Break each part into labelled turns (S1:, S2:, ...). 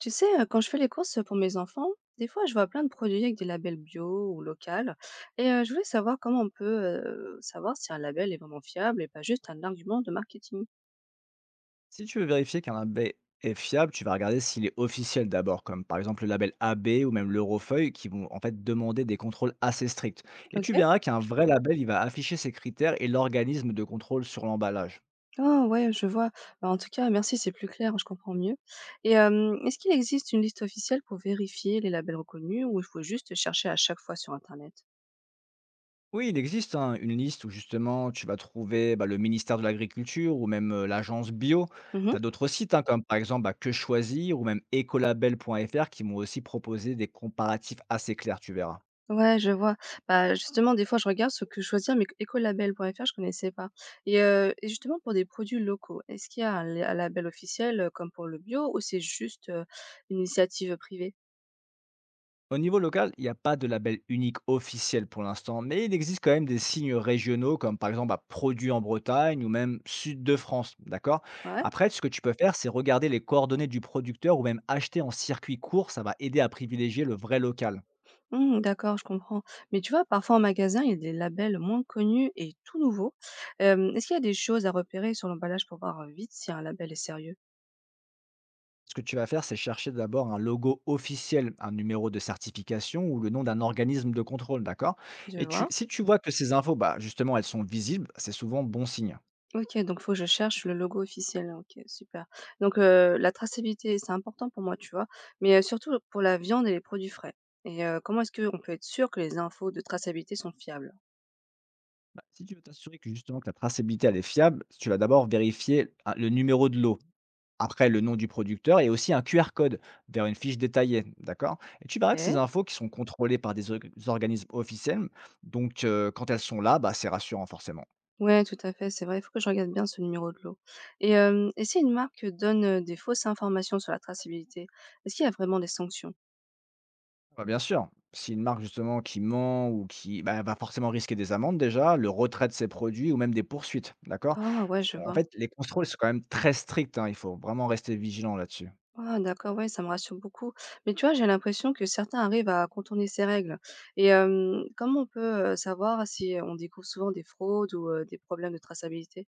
S1: Tu sais, quand je fais les courses pour mes enfants, des fois je vois plein de produits avec des labels bio ou local. Et je voulais savoir comment on peut savoir si un label est vraiment fiable et pas juste un argument de marketing.
S2: Si tu veux vérifier qu'un label est fiable, tu vas regarder s'il est officiel d'abord, comme par exemple le label AB ou même l'Eurofeuille, qui vont en fait demander des contrôles assez stricts. Et
S1: Ok.
S2: tu verras qu'un, ok, vrai label, il va afficher ses critères et l'organisme de contrôle sur l'emballage.
S1: Oh ouais, je vois. Bah, en tout cas, merci, c'est plus clair, je comprends mieux. Et est-ce qu'il existe une liste officielle pour vérifier les labels reconnus ou il faut juste chercher à chaque fois sur Internet?
S2: Oui, il existe hein, une liste où justement tu vas trouver bah, le ministère de l'Agriculture ou même l'agence bio. Tu as d'autres sites hein, comme par exemple bah, Que Choisir ou même Ecolabel.fr qui vont aussi proposer des comparatifs assez clairs, tu verras.
S1: Ouais, je vois. Bah, justement, des fois, je regarde ce que choisir, mais écolabel.fr, je connaissais pas. Et justement, pour des produits locaux, est-ce qu'il y a un label officiel, comme pour le bio ou c'est juste, une initiative privée?
S2: Au niveau local, il n'y a pas de label unique officiel pour l'instant, mais il existe quand même des signes régionaux, comme par exemple bah, produit en Bretagne ou même sud de France, d'accord.
S1: Ouais?
S2: Après, ce que tu peux faire, c'est regarder les coordonnées du producteur ou même acheter en circuit court, ça va aider à privilégier le vrai local.
S1: Mmh, d'accord, je comprends. Mais tu vois, parfois en magasin, il y a des labels moins connus et tout nouveaux. Est-ce qu'il y a des choses à repérer sur l'emballage pour voir, vite si un label est sérieux?
S2: Ce que tu vas faire, c'est chercher d'abord un logo officiel, un numéro de certification ou le nom d'un organisme de contrôle, d'accord.
S1: Je
S2: Et
S1: vois?
S2: si tu vois que ces infos, bah, justement, elles sont visibles, c'est souvent bon signe.
S1: OK, donc faut que je cherche le logo officiel. OK, super. Donc la traçabilité, c'est important pour moi, tu vois? Mais, surtout pour la viande et les produits frais et comment est-ce qu'on peut être sûr que les infos de traçabilité sont fiables?
S2: Bah, si tu veux t'assurer que justement que la traçabilité elle est fiable, tu vas d'abord vérifier le numéro de l'eau, après le nom du producteur et aussi un QR code vers une fiche détaillée, d'accord? Et tu verras que ces
S1: OK.
S2: infos qui sont contrôlées par des organismes officiels, donc quand elles sont là, bah, c'est rassurant forcément.
S1: Ouais, tout à fait, c'est vrai, il faut que je regarde bien ce numéro de lot et si une marque donne, des fausses informations sur la traçabilité, est-ce qu'il y a vraiment des sanctions?
S2: Bah, bien sûr, si une marque justement qui ment ou qui bah, elle va forcément risquer des amendes déjà, le retrait de ses produits ou même des poursuites, d'accord?
S1: Ah ouais, je
S2: En
S1: vois.
S2: fait, les contrôles sont quand même très stricts, hein, il faut vraiment rester vigilant là-dessus.
S1: Ah d'accord, ouais, ça me rassure beaucoup. Mais tu vois, j'ai l'impression que certains arrivent à contourner ces règles. Et comment on peut, savoir si on découvre souvent des fraudes ou des problèmes de traçabilité?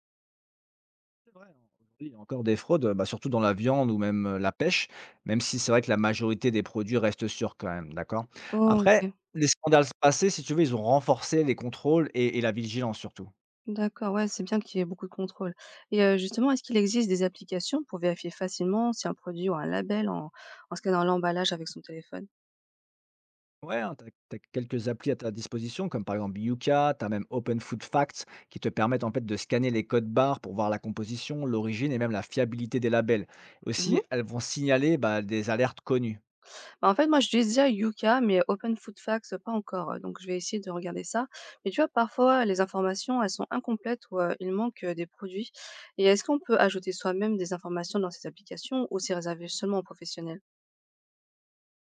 S2: C'est vrai, hein, aujourd'hui, il y a encore des fraudes, bah, surtout dans la viande ou même la pêche, même si c'est vrai que la majorité des produits restent sûrs quand même, d'accord?
S1: Oh,
S2: Après,
S1: OK,
S2: les scandales passés, si tu veux, ils ont renforcé les contrôles et la vigilance surtout.
S1: d'accord, ouais, c'est bien qu'il y ait beaucoup de contrôle. Et justement, est-ce qu'il existe des applications pour vérifier facilement si un produit ou un label en scannant l'emballage avec son téléphone?
S2: Ouais, tu as, quelques applis à ta disposition, comme par exemple Yuka, tu as même Open Food Facts, qui te permettent en fait de scanner les codes barres pour voir la composition, l'origine et même la fiabilité des labels. Aussi, elles vont signaler bah, des alertes connues.
S1: Bah, en fait, moi, j'utilise déjà Yuka, mais Open Food Facts, pas encore, donc je vais essayer de regarder ça. Mais tu vois, parfois, les informations, elles sont incomplètes ou il manque, des produits et est-ce qu'on peut ajouter soi-même des informations dans ces applications ou c'est réservé seulement aux professionnels?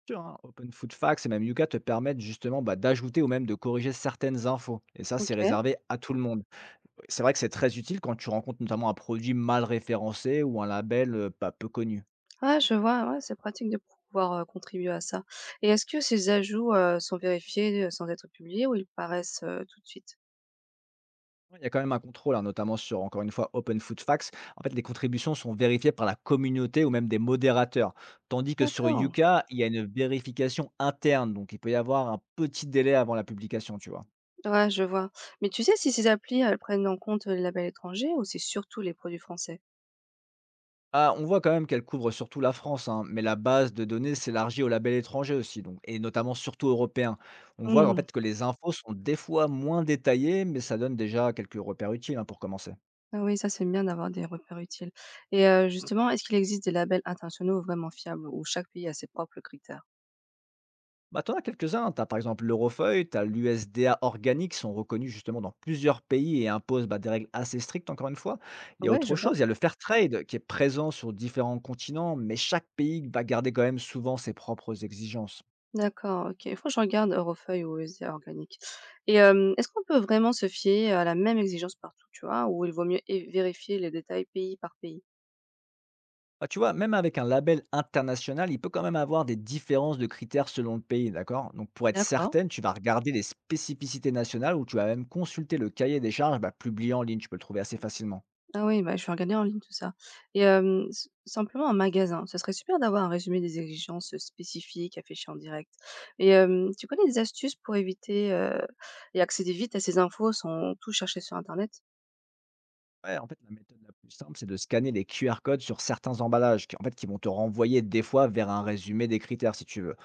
S2: Sûr, hein, Open Food Facts et même Yuka te permettent justement bah, d'ajouter ou même de corriger certaines infos. Et ça, c'est
S1: OK.
S2: réservé à tout le monde. C'est vrai que c'est très utile quand tu rencontres notamment un produit mal référencé ou un label pas peu connu.
S1: Ouais, je vois, ouais, c'est pratique de pouvoir, contribuer à ça et est-ce que ces ajouts, sont vérifiés, sans être publiés ou ils paraissent, tout de suite?
S2: Il y a quand même un contrôle, hein, notamment sur, encore une fois, Open Food Facts. En fait, les contributions sont vérifiées par la communauté ou même des modérateurs. Tandis que sur
S1: D'accord.
S2: Yuka, il y a une vérification interne. Donc, il peut y avoir un petit délai avant la publication, tu vois.
S1: Ouais, je vois. Mais tu sais si ces applis, elles prennent en compte, les labels étrangers ou c'est surtout les produits français?
S2: Ah, on voit quand même qu'elle couvre surtout la France, hein, mais la base de données s'élargit aux labels étrangers aussi, donc, et notamment surtout européens. On voit en
S1: Mmh.
S2: fait que les infos sont des fois moins détaillées, mais ça donne déjà quelques repères utiles hein, pour commencer.
S1: Ah oui, ça, c'est bien d'avoir des repères utiles. Et justement, est-ce qu'il existe des labels internationaux vraiment fiables où chaque pays a ses propres critères?
S2: Bah, t'en as quelques-uns, t'as par exemple l'Eurofeuille, t'as l'USDA organique, qui sont reconnus justement dans plusieurs pays et imposent bah, des règles assez strictes encore une fois. Il y a
S1: Ouais,
S2: autre
S1: je vois.
S2: chose, il y a le fair trade qui est présent sur différents continents, mais chaque pays va garder quand même souvent ses propres exigences.
S1: D'accord, OK. Il faut que je regarde Eurofeuille ou ESA Organic. Et est-ce qu'on peut vraiment se fier à la même exigence partout, tu vois? Ou il vaut mieux é vérifier les détails pays par pays?
S2: Bah, tu vois, même avec un label international, il peut quand même avoir des différences de critères selon le pays, d'accord? Donc pour être
S1: D'accord.
S2: certaine, tu vas regarder les spécificités nationales ou tu vas même consulter le cahier des charges bah, publié en ligne, tu peux le trouver assez facilement.
S1: Ah oui, bah, je vais regarder en ligne tout ça. Et hem, s simplement un magasin, ce serait super d'avoir un résumé des exigences, spécifiques affichées en direct. Et tu connais des astuces pour éviter, et accéder vite à ces infos sans tout chercher sur internet?
S2: Ouais, en fait, la méthode la plus simple, c'est de scanner les QR codes sur certains emballages, qui, en fait, qui vont te renvoyer des fois vers un résumé des critères, si tu veux.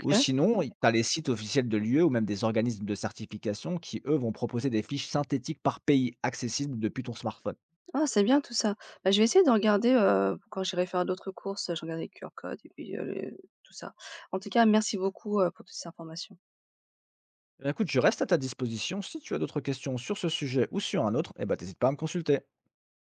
S2: Ou sinon, tu as les sites officiels de l'UE ou même des organismes de certification qui, eux, vont proposer des fiches synthétiques par pays accessibles depuis ton smartphone.
S1: Ah, c'est bien tout ça. Bah, je vais essayer de regarder, quand j'irai faire d'autres courses, je regarde les QR codes et puis, le tout ça. En tout cas, merci beaucoup, pour toutes ces informations.
S2: Eh bien, écoute, je reste à ta disposition. Si tu as d'autres questions sur ce sujet ou sur un autre, eh ben, t'hésites pas à me consulter.